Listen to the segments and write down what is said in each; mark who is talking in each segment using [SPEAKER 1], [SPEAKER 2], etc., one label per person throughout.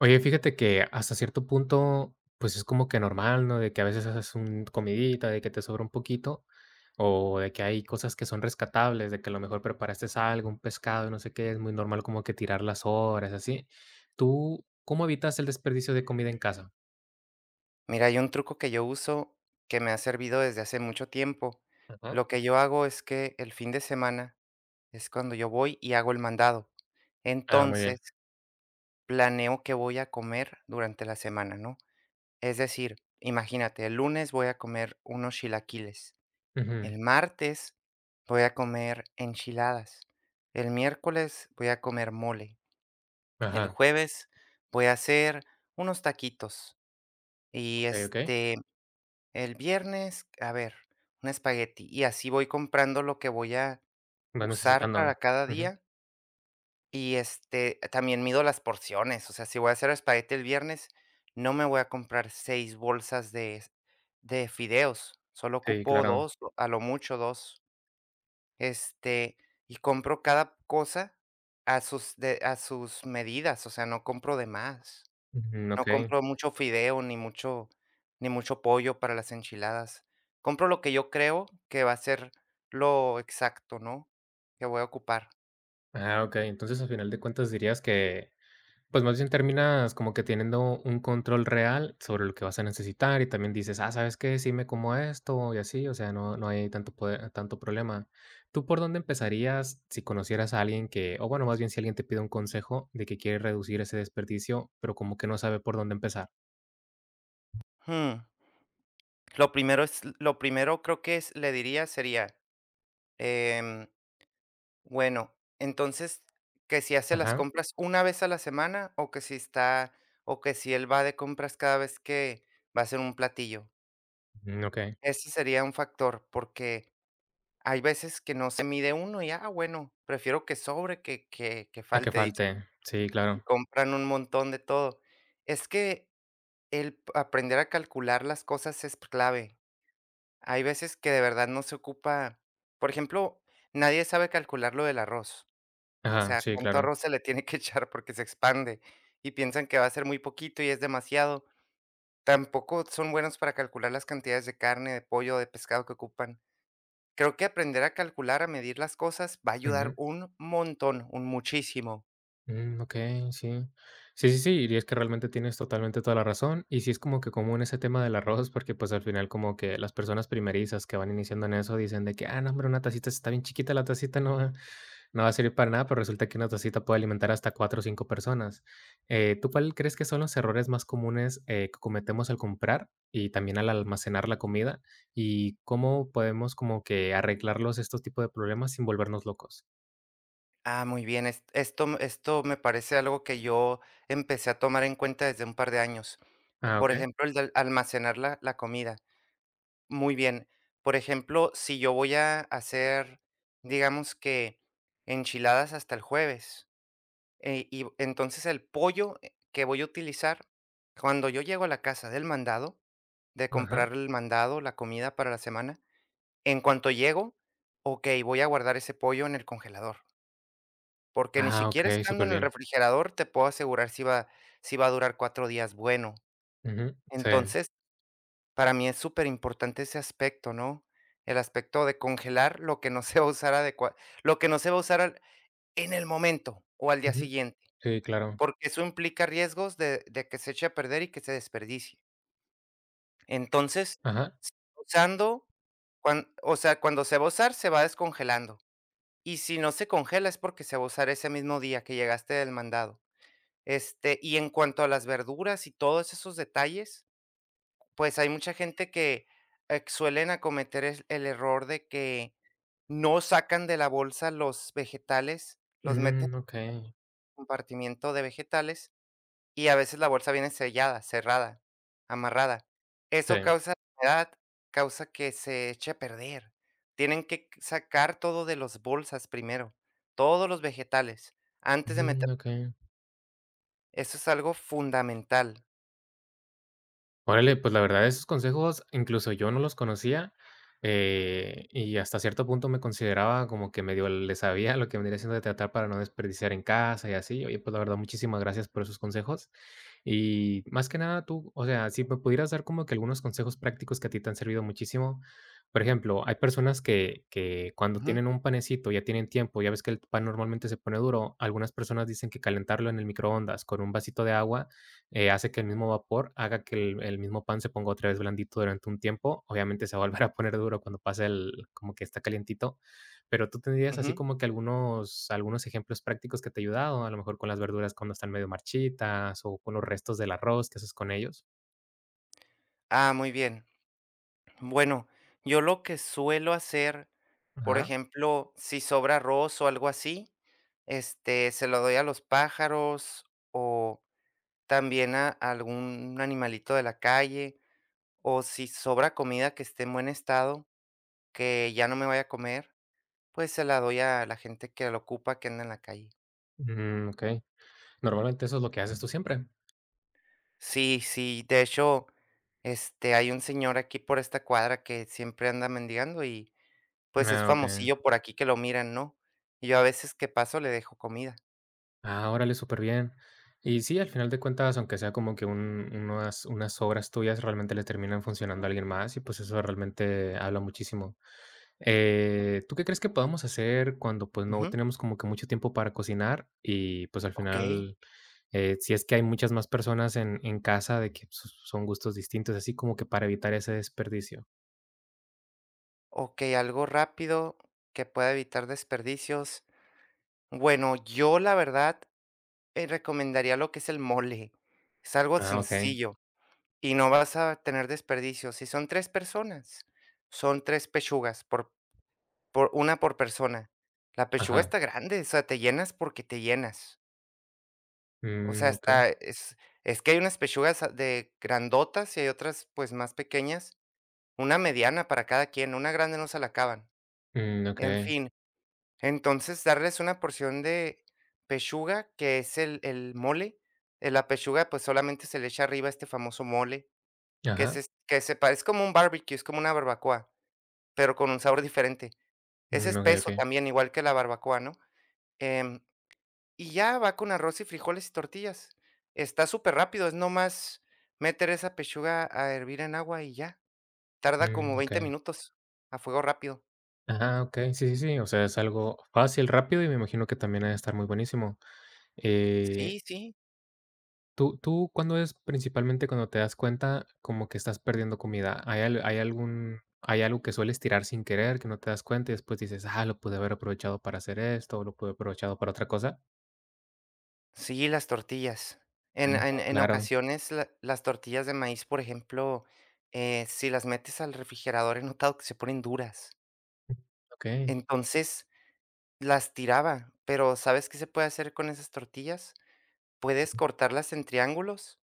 [SPEAKER 1] Oye, fíjate que hasta cierto punto, pues es como que normal, ¿no? De que a veces haces un comidita, de que te sobra un poquito, o de que hay cosas que son rescatables, de que a lo mejor preparaste algo, un pescado, no sé qué, es muy normal como que tirar las horas, así. ¿Tú cómo evitas el desperdicio de comida en casa?
[SPEAKER 2] Mira, hay un truco que yo uso que me ha servido desde hace mucho tiempo.
[SPEAKER 1] Ajá.
[SPEAKER 2] Lo que yo hago es que el fin de semana es cuando yo voy y hago el mandado.
[SPEAKER 1] Ah, muy
[SPEAKER 2] Entonces,
[SPEAKER 1] bien.
[SPEAKER 2] planeo qué voy a comer durante la semana, ¿no? Es decir, imagínate, el lunes voy a comer unos chilaquiles,
[SPEAKER 1] Ujú.
[SPEAKER 2] el martes voy a comer enchiladas, el miércoles voy a comer mole, el
[SPEAKER 1] Ajá.
[SPEAKER 2] jueves voy a hacer unos taquitos y
[SPEAKER 1] Okey, okey.
[SPEAKER 2] el viernes, a ver, un espagueti, y así voy comprando lo que voy a
[SPEAKER 1] Vas
[SPEAKER 2] usar
[SPEAKER 1] necesitando.
[SPEAKER 2] para cada
[SPEAKER 1] Ujú.
[SPEAKER 2] día, y, también mido las porciones. O sea, si voy a hacer espagueti el viernes, no me voy a comprar 6 bolsas de fideos, solo
[SPEAKER 1] Sí,
[SPEAKER 2] ocupo
[SPEAKER 1] claro.
[SPEAKER 2] 2, a lo mucho dos. este, y compro cada cosa a sus medidas, o sea, no compro de más.
[SPEAKER 1] Ujú,
[SPEAKER 2] No
[SPEAKER 1] okey.
[SPEAKER 2] compro mucho fideo, ni mucho pollo para las enchiladas. Compro lo que yo creo que va a ser lo exacto, ¿no?, que voy a ocupar.
[SPEAKER 1] Ah, okey. Entonces, al final de cuentas dirías que. Pues, más bien terminas como que teniendo un control real sobre lo que vas a necesitar, y también dices: "Ah, ¿sabes qué? Sí me como esto", y así, o sea, no hay tanto problema. ¿Tú por dónde empezarías si conocieras a alguien que, o bueno, más bien si alguien te pide un consejo de que quiere reducir ese desperdicio, pero como que no sabe por dónde empezar?
[SPEAKER 2] Mm, lo primero es lo primero creo que es le diría sería, em, bueno, entonces, que si hace las
[SPEAKER 1] Ajá.
[SPEAKER 2] compras una vez a la semana, o que si está o que si él va de compras cada vez que va a hacer un platillo.
[SPEAKER 1] Mm, okey.
[SPEAKER 2] Ese sería un factor, porque hay veces que no se mide uno y, ah, bueno, prefiero que sobre que
[SPEAKER 1] A que
[SPEAKER 2] falte,
[SPEAKER 1] falte.
[SPEAKER 2] dicen,
[SPEAKER 1] Sí, claro.
[SPEAKER 2] y compran un montón de todo. Es que aprender a calcular las cosas es clave. Hay veces que de verdad no se ocupa, por ejemplo, nadie sabe calcular lo del arroz, o
[SPEAKER 1] Ajá,
[SPEAKER 2] sea,
[SPEAKER 1] sí,
[SPEAKER 2] cuánto
[SPEAKER 1] claro.
[SPEAKER 2] arroz se le tiene que echar porque se expande y piensan que va a ser muy poquito y es demasiado. Tampoco son buenos para calcular las cantidades de carne, de pollo, de pescado que ocupan. Creo que aprender a calcular, a medir las cosas, va a ayudar un montón, un muchísimo.
[SPEAKER 1] Mm, okey, sí. Sí, sí, sí, y es que realmente tienes totalmente toda la razón, y sí es como que común ese tema del arroz, porque, pues, al final como que las personas primerizas que van iniciando en eso dicen de que: "Ah, no, hombre, una tacita está bien chiquita, la tacita no va no va a servir para nada", pero resulta que una tacita puede alimentar hasta 4 o 5 personas. ¿Tú cuál crees que son los errores más comunes, que cometemos al comprar y también al almacenar la comida? ¿Y cómo podemos como que arreglarlos estos tipos de problemas sin volvernos locos?
[SPEAKER 2] Ah, muy bien, esto me parece algo que yo empecé a tomar en cuenta desde un par de años.
[SPEAKER 1] Ah,
[SPEAKER 2] Por
[SPEAKER 1] okey.
[SPEAKER 2] ejemplo, el de almacenar la comida. Muy bien. Por ejemplo, si yo voy a hacer, digamos que enchiladas hasta el jueves, y entonces el pollo que voy a utilizar, cuando yo llego a la casa del mandado, de
[SPEAKER 1] Ajá.
[SPEAKER 2] comprar el mandado, la comida para la semana. En cuanto llego, okey, voy a guardar ese pollo en el congelador, porque ni
[SPEAKER 1] Ah, ok,
[SPEAKER 2] siquiera estando
[SPEAKER 1] súper
[SPEAKER 2] en el
[SPEAKER 1] bien.
[SPEAKER 2] refrigerador te puedo asegurar si va a durar 4 días bueno.
[SPEAKER 1] Ujú, sí,
[SPEAKER 2] Entonces, para mí es súper importante ese aspecto, ¿no? El aspecto de congelar lo que no se va a usar al en el momento o al día
[SPEAKER 1] ujú.
[SPEAKER 2] siguiente,
[SPEAKER 1] Sí, claro.
[SPEAKER 2] porque eso implica riesgos de que se eche a perder y que se desperdicie. Entonces,
[SPEAKER 1] Ajá.
[SPEAKER 2] se va usando, cuan o sea, cuando se va a usar, se va descongelando. Y si no se congela es porque se va a usar ese mismo día que llegaste del mandado. Y en cuanto a las verduras y todos esos detalles, pues hay mucha gente que suelen acometer el error de que no sacan de la bolsa los vegetales, los meten
[SPEAKER 1] Mm,
[SPEAKER 2] en
[SPEAKER 1] okey.
[SPEAKER 2] el compartimiento de vegetales y a veces la bolsa viene sellada, cerrada, amarrada. Eso
[SPEAKER 1] Sí.
[SPEAKER 2] causa humedad, causa que se eche a perder. Tienen que sacar todo de las bolsas primero, todos los vegetales, antes de
[SPEAKER 1] Mm,
[SPEAKER 2] meter.
[SPEAKER 1] okey.
[SPEAKER 2] Eso es algo fundamental.
[SPEAKER 1] Órale, pues la verdad esos consejos incluso yo no los conocía, y hasta cierto punto me consideraba como que medio le sabía lo que vendría siendo de tratar para no desperdiciar en casa y así. Oye, pues la verdad muchísimas gracias por esos consejos. Y más que nada tú, o sea, si me pudieras dar como que algunos consejos prácticos que a ti te han servido muchísimo. Por ejemplo, hay personas que cuando
[SPEAKER 2] Ujú,
[SPEAKER 1] tienen un panecito, ya tienen tiempo, ya ves que el pan normalmente se pone duro, algunas personas dicen que calentarlo en el microondas con un vasito de agua hace que el mismo vapor haga que el mismo pan se ponga otra vez blandito durante un tiempo. Obviamente, se va a volver a poner duro cuando pase el como que está calientito, pero, ¿tú tendrías así
[SPEAKER 2] ujú.
[SPEAKER 1] como que algunos ejemplos prácticos que te ha ayudado? A lo mejor con las verduras cuando están medio marchitas, o con los restos del arroz, ¿qué haces con ellos?
[SPEAKER 2] Ah, muy bien. Bueno, yo lo que suelo hacer, por
[SPEAKER 1] Ajá.
[SPEAKER 2] ejemplo, si sobra arroz o algo así, se lo doy a los pájaros o también a algún animalito de la calle. O si sobra comida que esté en buen estado, que ya no me vaya a comer, pues se la doy a la gente que la ocupa, que anda en la calle.
[SPEAKER 1] Mm, okey. Normalmente, ¿eso es lo que haces tú siempre?
[SPEAKER 2] Sí, sí, de hecho, hay un señor aquí por esta cuadra que siempre anda mendigando y pues es
[SPEAKER 1] Ah, okey.
[SPEAKER 2] famosillo por aquí que lo miran, ¿no? Y yo a veces que paso le dejo comida.
[SPEAKER 1] Ah, órale, súper bien. Y sí, al final de cuentas, aunque sea como que un unas unas obras tuyas realmente le terminan funcionando a alguien más y, pues, eso realmente habla muchísimo. ¿Tú qué crees que podamos hacer cuando, pues, no
[SPEAKER 2] Ujú,
[SPEAKER 1] tenemos como que mucho tiempo para cocinar? Y, pues, al
[SPEAKER 2] okey,
[SPEAKER 1] final, si es que hay muchas más personas en casa de que son gustos distintos, así como que para evitar ese desperdicio.
[SPEAKER 2] okey, algo rápido que pueda evitar desperdicios. Bueno, yo la verdad, recomendaría lo que es el mole. Es algo
[SPEAKER 1] Ah, okey.
[SPEAKER 2] sencillo y no vas a tener desperdicio. Si son 3 personas, son 3 pechugas por una por persona. La pechuga
[SPEAKER 1] Ajá.
[SPEAKER 2] está grande, o sea, te llenas porque te llenas. O sea,
[SPEAKER 1] Mm, okey.
[SPEAKER 2] está es que hay unas pechugas a de grandotas y hay otras, pues, más pequeñas, una mediana para cada quien, una grande no se la acaban.
[SPEAKER 1] Mm,
[SPEAKER 2] En
[SPEAKER 1] okey.
[SPEAKER 2] fin. Entonces, darles una porción de pechuga, que es el mole, la pechuga, pues, solamente se le echa arriba este famoso mole, que
[SPEAKER 1] Ajá.
[SPEAKER 2] es que se parece como un barbecue, es como una barbacoa, pero con un sabor diferente. Es
[SPEAKER 1] Mm, okey,
[SPEAKER 2] espeso
[SPEAKER 1] okey.
[SPEAKER 2] también, igual que la barbacoa, ¿no? Em, y ya va con arroz y frijoles y tortillas. Está súper rápido, es nomás meter esa pechuga a hervir en agua y ya. Tarda
[SPEAKER 1] Mm,
[SPEAKER 2] como 20
[SPEAKER 1] okey.
[SPEAKER 2] minutos a fuego rápido.
[SPEAKER 1] Ah, okey. Sí, sí, sí. O sea, es algo fácil, rápido y me imagino que también ha de estar muy buenísimo. Eh,
[SPEAKER 2] Sí, sí.
[SPEAKER 1] ¿tú cuándo es principalmente cuando te das cuenta como que estás perdiendo comida? ¿Hay al hay algún hay algo que sueles tirar sin querer, que no te das cuenta y después dices: "Ah, lo pude haber aprovechado para hacer esto, o lo pude haber aprovechado para otra cosa"?
[SPEAKER 2] Sí, las tortillas.
[SPEAKER 1] Ah,
[SPEAKER 2] En
[SPEAKER 1] claro.
[SPEAKER 2] ocasiones, la las tortillas de maíz, por ejemplo, si las metes al refrigerador, he notado que se ponen duras.
[SPEAKER 1] Okey.
[SPEAKER 2] Entonces, las tiraba, pero, ¿sabes qué se puede hacer con esas tortillas? Puedes cortarlas en triángulos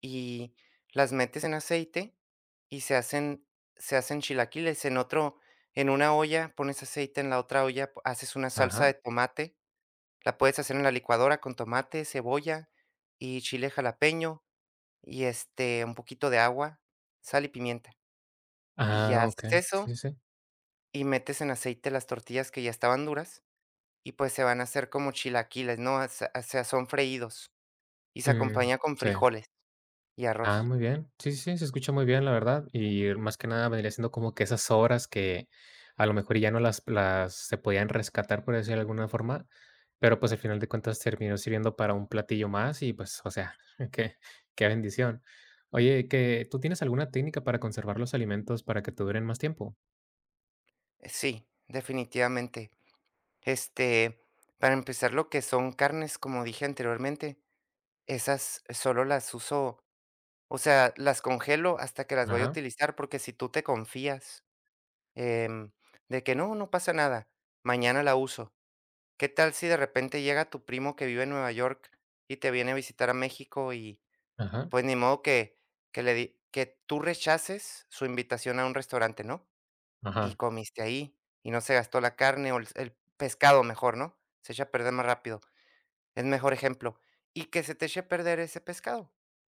[SPEAKER 2] y las metes en aceite y se hacen chilaquiles. En una olla pones aceite, en la otra olla p haces una salsa
[SPEAKER 1] Ajá.
[SPEAKER 2] de tomate, la puedes hacer en la licuadora con tomate, cebolla y chile jalapeño. Y, un poquito de agua, sal y pimienta. Y
[SPEAKER 1] Ah,
[SPEAKER 2] ya haces
[SPEAKER 1] okey.
[SPEAKER 2] eso
[SPEAKER 1] Sí, sí, sí.
[SPEAKER 2] y metes en aceite las tortillas que ya estaban duras y, pues, se van a hacer como chilaquiles, ¿no? O sea, son freídos y se
[SPEAKER 1] Mm,
[SPEAKER 2] acompaña con
[SPEAKER 1] sí.
[SPEAKER 2] frijoles y
[SPEAKER 1] Ah,
[SPEAKER 2] arroz.
[SPEAKER 1] muy bien. Sí, sí, sí, se escucha muy bien, la verdad. Y más que nada vendría siendo como que esas horas que a lo mejor ya no las, las se podían rescatar, por decirlo de alguna forma, pero pues al final de cuentas terminó sirviendo para un platillo más y pues, o sea, qué, qué bendición. Oye, que ¿tú tienes alguna técnica para conservar los alimentos para que te duren más tiempo?
[SPEAKER 2] Sí, definitivamente. Este, para empezar, lo que son carnes, como dije anteriormente, esas solo las uso, o sea, las congelo hasta que las voy a
[SPEAKER 1] Ajá,
[SPEAKER 2] utilizar, porque si tú te confías, em, de que: "No, no pasa nada, mañana la uso". ¿Qué tal si de repente llega tu primo que vive en Nueva York y te viene a visitar a México y
[SPEAKER 1] ajá,
[SPEAKER 2] pues ni modo que, que tú rechaces su invitación a un restaurante, ¿no? Y
[SPEAKER 1] ajá.
[SPEAKER 2] comiste ahí y no se gastó la carne o el pescado mejor, ¿no? Se echa a perder más rápido. Es mejor ejemplo. Y que se te eche a perder ese pescado.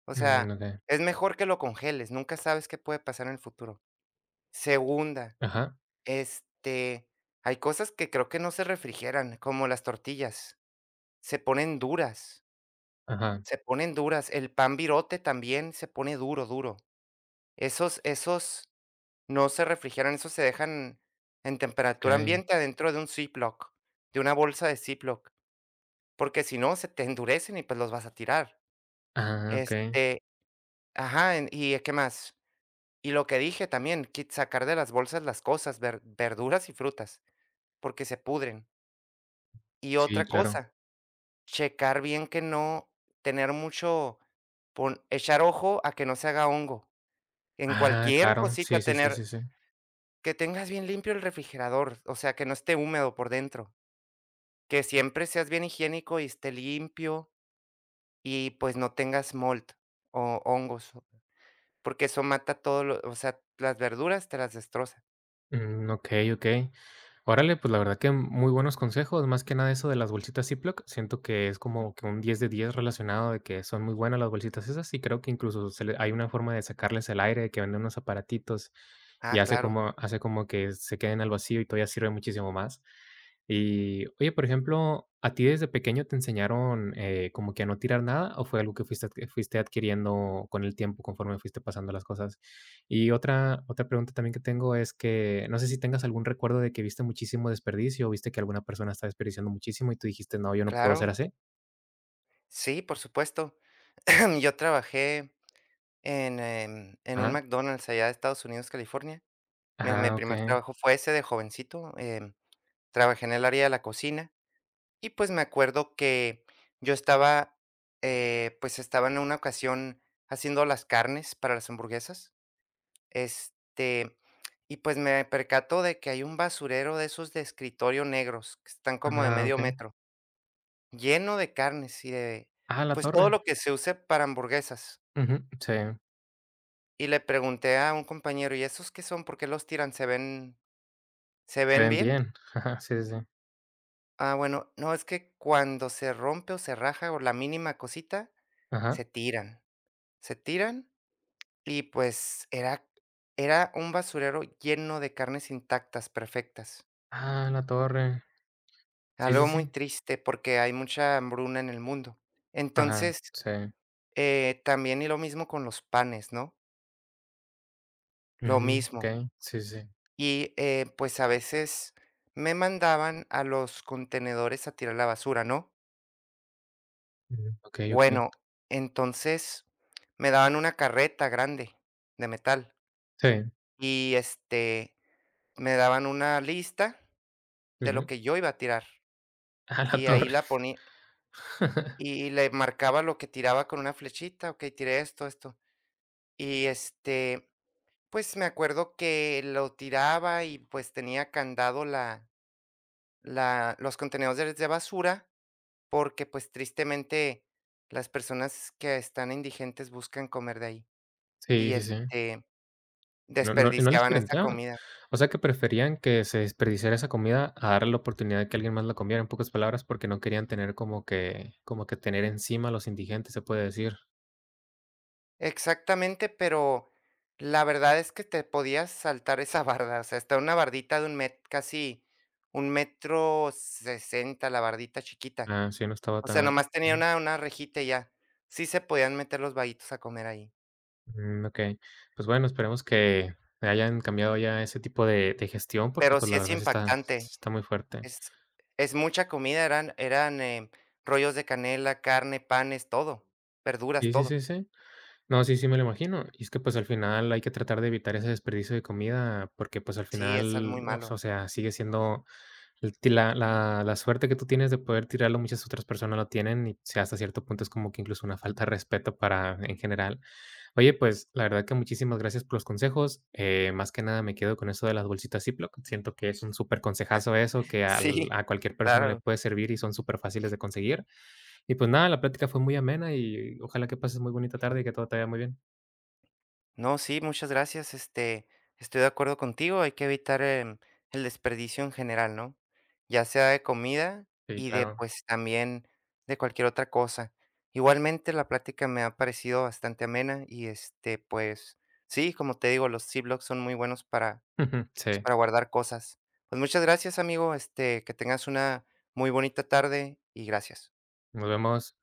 [SPEAKER 2] O
[SPEAKER 1] Mm,
[SPEAKER 2] sea,
[SPEAKER 1] ok.
[SPEAKER 2] es mejor que lo congeles. Nunca sabes qué puede pasar en el futuro. Segunda,
[SPEAKER 1] Ajá,
[SPEAKER 2] este, hay cosas que creo que no se refrigeran, como las tortillas. Se ponen duras,
[SPEAKER 1] ajá,
[SPEAKER 2] se ponen duras. El pan virote también se pone duro, duro. Esos no se refrigeran, esos se dejan en temperatura
[SPEAKER 1] ok.
[SPEAKER 2] ambiente adentro de un Ziploc, de una bolsa de Ziploc, porque si no, se te endurecen y, pues, los vas a tirar.
[SPEAKER 1] Ah, ok.
[SPEAKER 2] Este ajá, en ¿Y qué más? Y lo que dije también, quit sacar de las bolsas las cosas, verduras y frutas, porque se pudren. Y
[SPEAKER 1] Sí,
[SPEAKER 2] otra
[SPEAKER 1] claro.
[SPEAKER 2] cosa, checar bien que no tener mucho pon echar ojo a que no se haga hongo. En
[SPEAKER 1] Ah,
[SPEAKER 2] cualquier
[SPEAKER 1] claro.
[SPEAKER 2] cosita
[SPEAKER 1] Sí, sí, sí, sí,
[SPEAKER 2] tener
[SPEAKER 1] sí.
[SPEAKER 2] que tengas bien limpio el refrigerador, o sea, que no esté húmedo por dentro, que siempre seas bien higiénico y esté limpio y, pues, no tengas mold o hongos, porque eso mata todo lo o sea, las verduras te las destroza.
[SPEAKER 1] Mm, okey, okey. Órale, pues, la verdad que muy buenos consejos, más que nada eso de las bolsitas Ziploc, siento que es como que un 10 de 10 relacionado de que son muy buenas las bolsitas esas, y creo que incluso se le hay una forma de sacarles el aire, que venden unos aparatitos,
[SPEAKER 2] Ah,
[SPEAKER 1] y hace
[SPEAKER 2] claro,
[SPEAKER 1] como hace como que se queden al vacío y todavía sirve muchísimo más. Y, oye, por ejemplo, ¿a ti desde pequeño te enseñaron, como que a no tirar nada, o fue algo que fuiste adquiriendo con el tiempo conforme fuiste pasando las cosas? Y otra pregunta también que tengo es que no sé si tengas algún recuerdo de que viste muchísimo desperdicio o viste que alguna persona está desperdiciando muchísimo y tú dijiste, no, yo no puedo
[SPEAKER 2] claro.
[SPEAKER 1] ser así.
[SPEAKER 2] Sí, por supuesto. Yo trabajé en, en un
[SPEAKER 1] Ajá.
[SPEAKER 2] McDonald's allá de Estados Unidos, California. Mi
[SPEAKER 1] Ah,
[SPEAKER 2] primer
[SPEAKER 1] okey.
[SPEAKER 2] trabajo fue ese de jovencito. Trabajé en el área de la cocina y, pues, me acuerdo que yo estaba, pues, estaba en una ocasión haciendo las carnes para las hamburguesas, este, y, pues, me percató de que hay un basurero de esos de escritorio negros, que están como de
[SPEAKER 1] Ah,
[SPEAKER 2] medio
[SPEAKER 1] okey.
[SPEAKER 2] metro, lleno de carnes y de,
[SPEAKER 1] Ah, la
[SPEAKER 2] pues, todo
[SPEAKER 1] torre.
[SPEAKER 2] lo que se use para hamburguesas.
[SPEAKER 1] Ujú. Sí,
[SPEAKER 2] Y le pregunté a un compañero: "¿Y esos qué son? ¿Por qué los tiran? ¿Se
[SPEAKER 1] se
[SPEAKER 2] ven
[SPEAKER 1] ven
[SPEAKER 2] bien?".
[SPEAKER 1] bien. Ajá, sí, sí, sí.
[SPEAKER 2] Ah, bueno, no, es que cuando se rompe o se raja o la mínima cosita,
[SPEAKER 1] Ajá.
[SPEAKER 2] se tiran, se tiran y pues era un basurero lleno de carnes intactas, perfectas.
[SPEAKER 1] Ah, la torre. Sí,
[SPEAKER 2] Algo
[SPEAKER 1] sí,
[SPEAKER 2] muy
[SPEAKER 1] sí.
[SPEAKER 2] triste porque hay mucha hambruna en el mundo.
[SPEAKER 1] Ajá,
[SPEAKER 2] Entonces,
[SPEAKER 1] sí.
[SPEAKER 2] también y lo mismo con los panes, ¿no? Lo
[SPEAKER 1] Mm,
[SPEAKER 2] mismo.
[SPEAKER 1] okey. Sí, sí, sí.
[SPEAKER 2] Y pues a veces me mandaban a los contenedores a tirar la basura, ¿no?
[SPEAKER 1] Mm, okey,
[SPEAKER 2] Bueno, entonces me daban una carreta grande de metal
[SPEAKER 1] sí.
[SPEAKER 2] y, me daban una lista de lo
[SPEAKER 1] Ujú.
[SPEAKER 2] que yo iba a tirar
[SPEAKER 1] Ah, la
[SPEAKER 2] y ahí
[SPEAKER 1] torre.
[SPEAKER 2] la poní y le marcaba lo que tiraba con una flechita, okey, tiré esto, esto. Y, pues, me acuerdo que lo tiraba y, pues, tenía candado la los contenedores de basura porque, pues, tristemente las personas que están indigentes buscan comer de ahí.
[SPEAKER 1] Sí,
[SPEAKER 2] Y,
[SPEAKER 1] sí, sí.
[SPEAKER 2] este
[SPEAKER 1] No y no les
[SPEAKER 2] Desperdiciaban esa
[SPEAKER 1] planteaban.
[SPEAKER 2] comida.
[SPEAKER 1] O sea, que preferían que se desperdiciara esa comida a darle la oportunidad de que alguien más la comiera, en pocas palabras, porque no querían tener como que tener encima a los indigentes, se puede decir.
[SPEAKER 2] Exactamente, pero la verdad es que te podías saltar esa barda, o sea, está una bardita de un met casi 1.60 metros, la bardita chiquita.
[SPEAKER 1] Ah, sí, no estaba
[SPEAKER 2] O
[SPEAKER 1] tan
[SPEAKER 2] sea,
[SPEAKER 1] alto.
[SPEAKER 2] nomás tenía
[SPEAKER 1] Ujú.
[SPEAKER 2] una rejita y ya. Sí se podían meter los vaguitos a comer ahí,
[SPEAKER 1] Mm, okey. Pues bueno, esperemos que hayan cambiado ya ese tipo de gestión, porque,
[SPEAKER 2] pero
[SPEAKER 1] pues,
[SPEAKER 2] sí
[SPEAKER 1] la
[SPEAKER 2] es
[SPEAKER 1] verdad sí está
[SPEAKER 2] impactante,
[SPEAKER 1] sí está muy fuerte.
[SPEAKER 2] es es mucha comida, eran, rollos de canela, carne, panes, todo, verduras,
[SPEAKER 1] Sí, sí,
[SPEAKER 2] todo.
[SPEAKER 1] sí, sí. No, sí, sí me lo imagino. Y es que, pues, al final hay que tratar de evitar ese desperdicio de comida porque, pues, al
[SPEAKER 2] Sí, es al muy
[SPEAKER 1] final, o
[SPEAKER 2] malo.
[SPEAKER 1] o sea, sigue siendo El ti la la la suerte que tú tienes de poder tirarlo, muchas otras personas no tienen, y sí, hasta cierto punto es como que incluso una falta de respeto para en general. Oye, pues, la verdad que muchísimas gracias por los consejos, más que nada me quedo con eso de las bolsitas Ziploc, siento que es un súper consejazo eso, que
[SPEAKER 2] Sí,
[SPEAKER 1] al a cualquier persona le
[SPEAKER 2] claro.
[SPEAKER 1] puede servir y son súper fáciles de conseguir. Y pues nada, la plática fue muy amena y ojalá que pases muy bonita tarde y que todo te vaya muy bien.
[SPEAKER 2] No, sí, muchas gracias. Estoy de acuerdo contigo, hay que evitar el desperdicio en general, ¿no? Ya sea de comida
[SPEAKER 1] Sí,
[SPEAKER 2] y de,
[SPEAKER 1] claro.
[SPEAKER 2] pues, también de cualquier otra cosa. Igualmente, la plática me ha parecido bastante amena y, pues, sí, como te digo, los Ziplocs son muy buenos para, pues,
[SPEAKER 1] Sí,
[SPEAKER 2] para guardar cosas. Pues muchas gracias, amigo. Que tengas una muy bonita tarde y gracias.
[SPEAKER 1] nos vemos.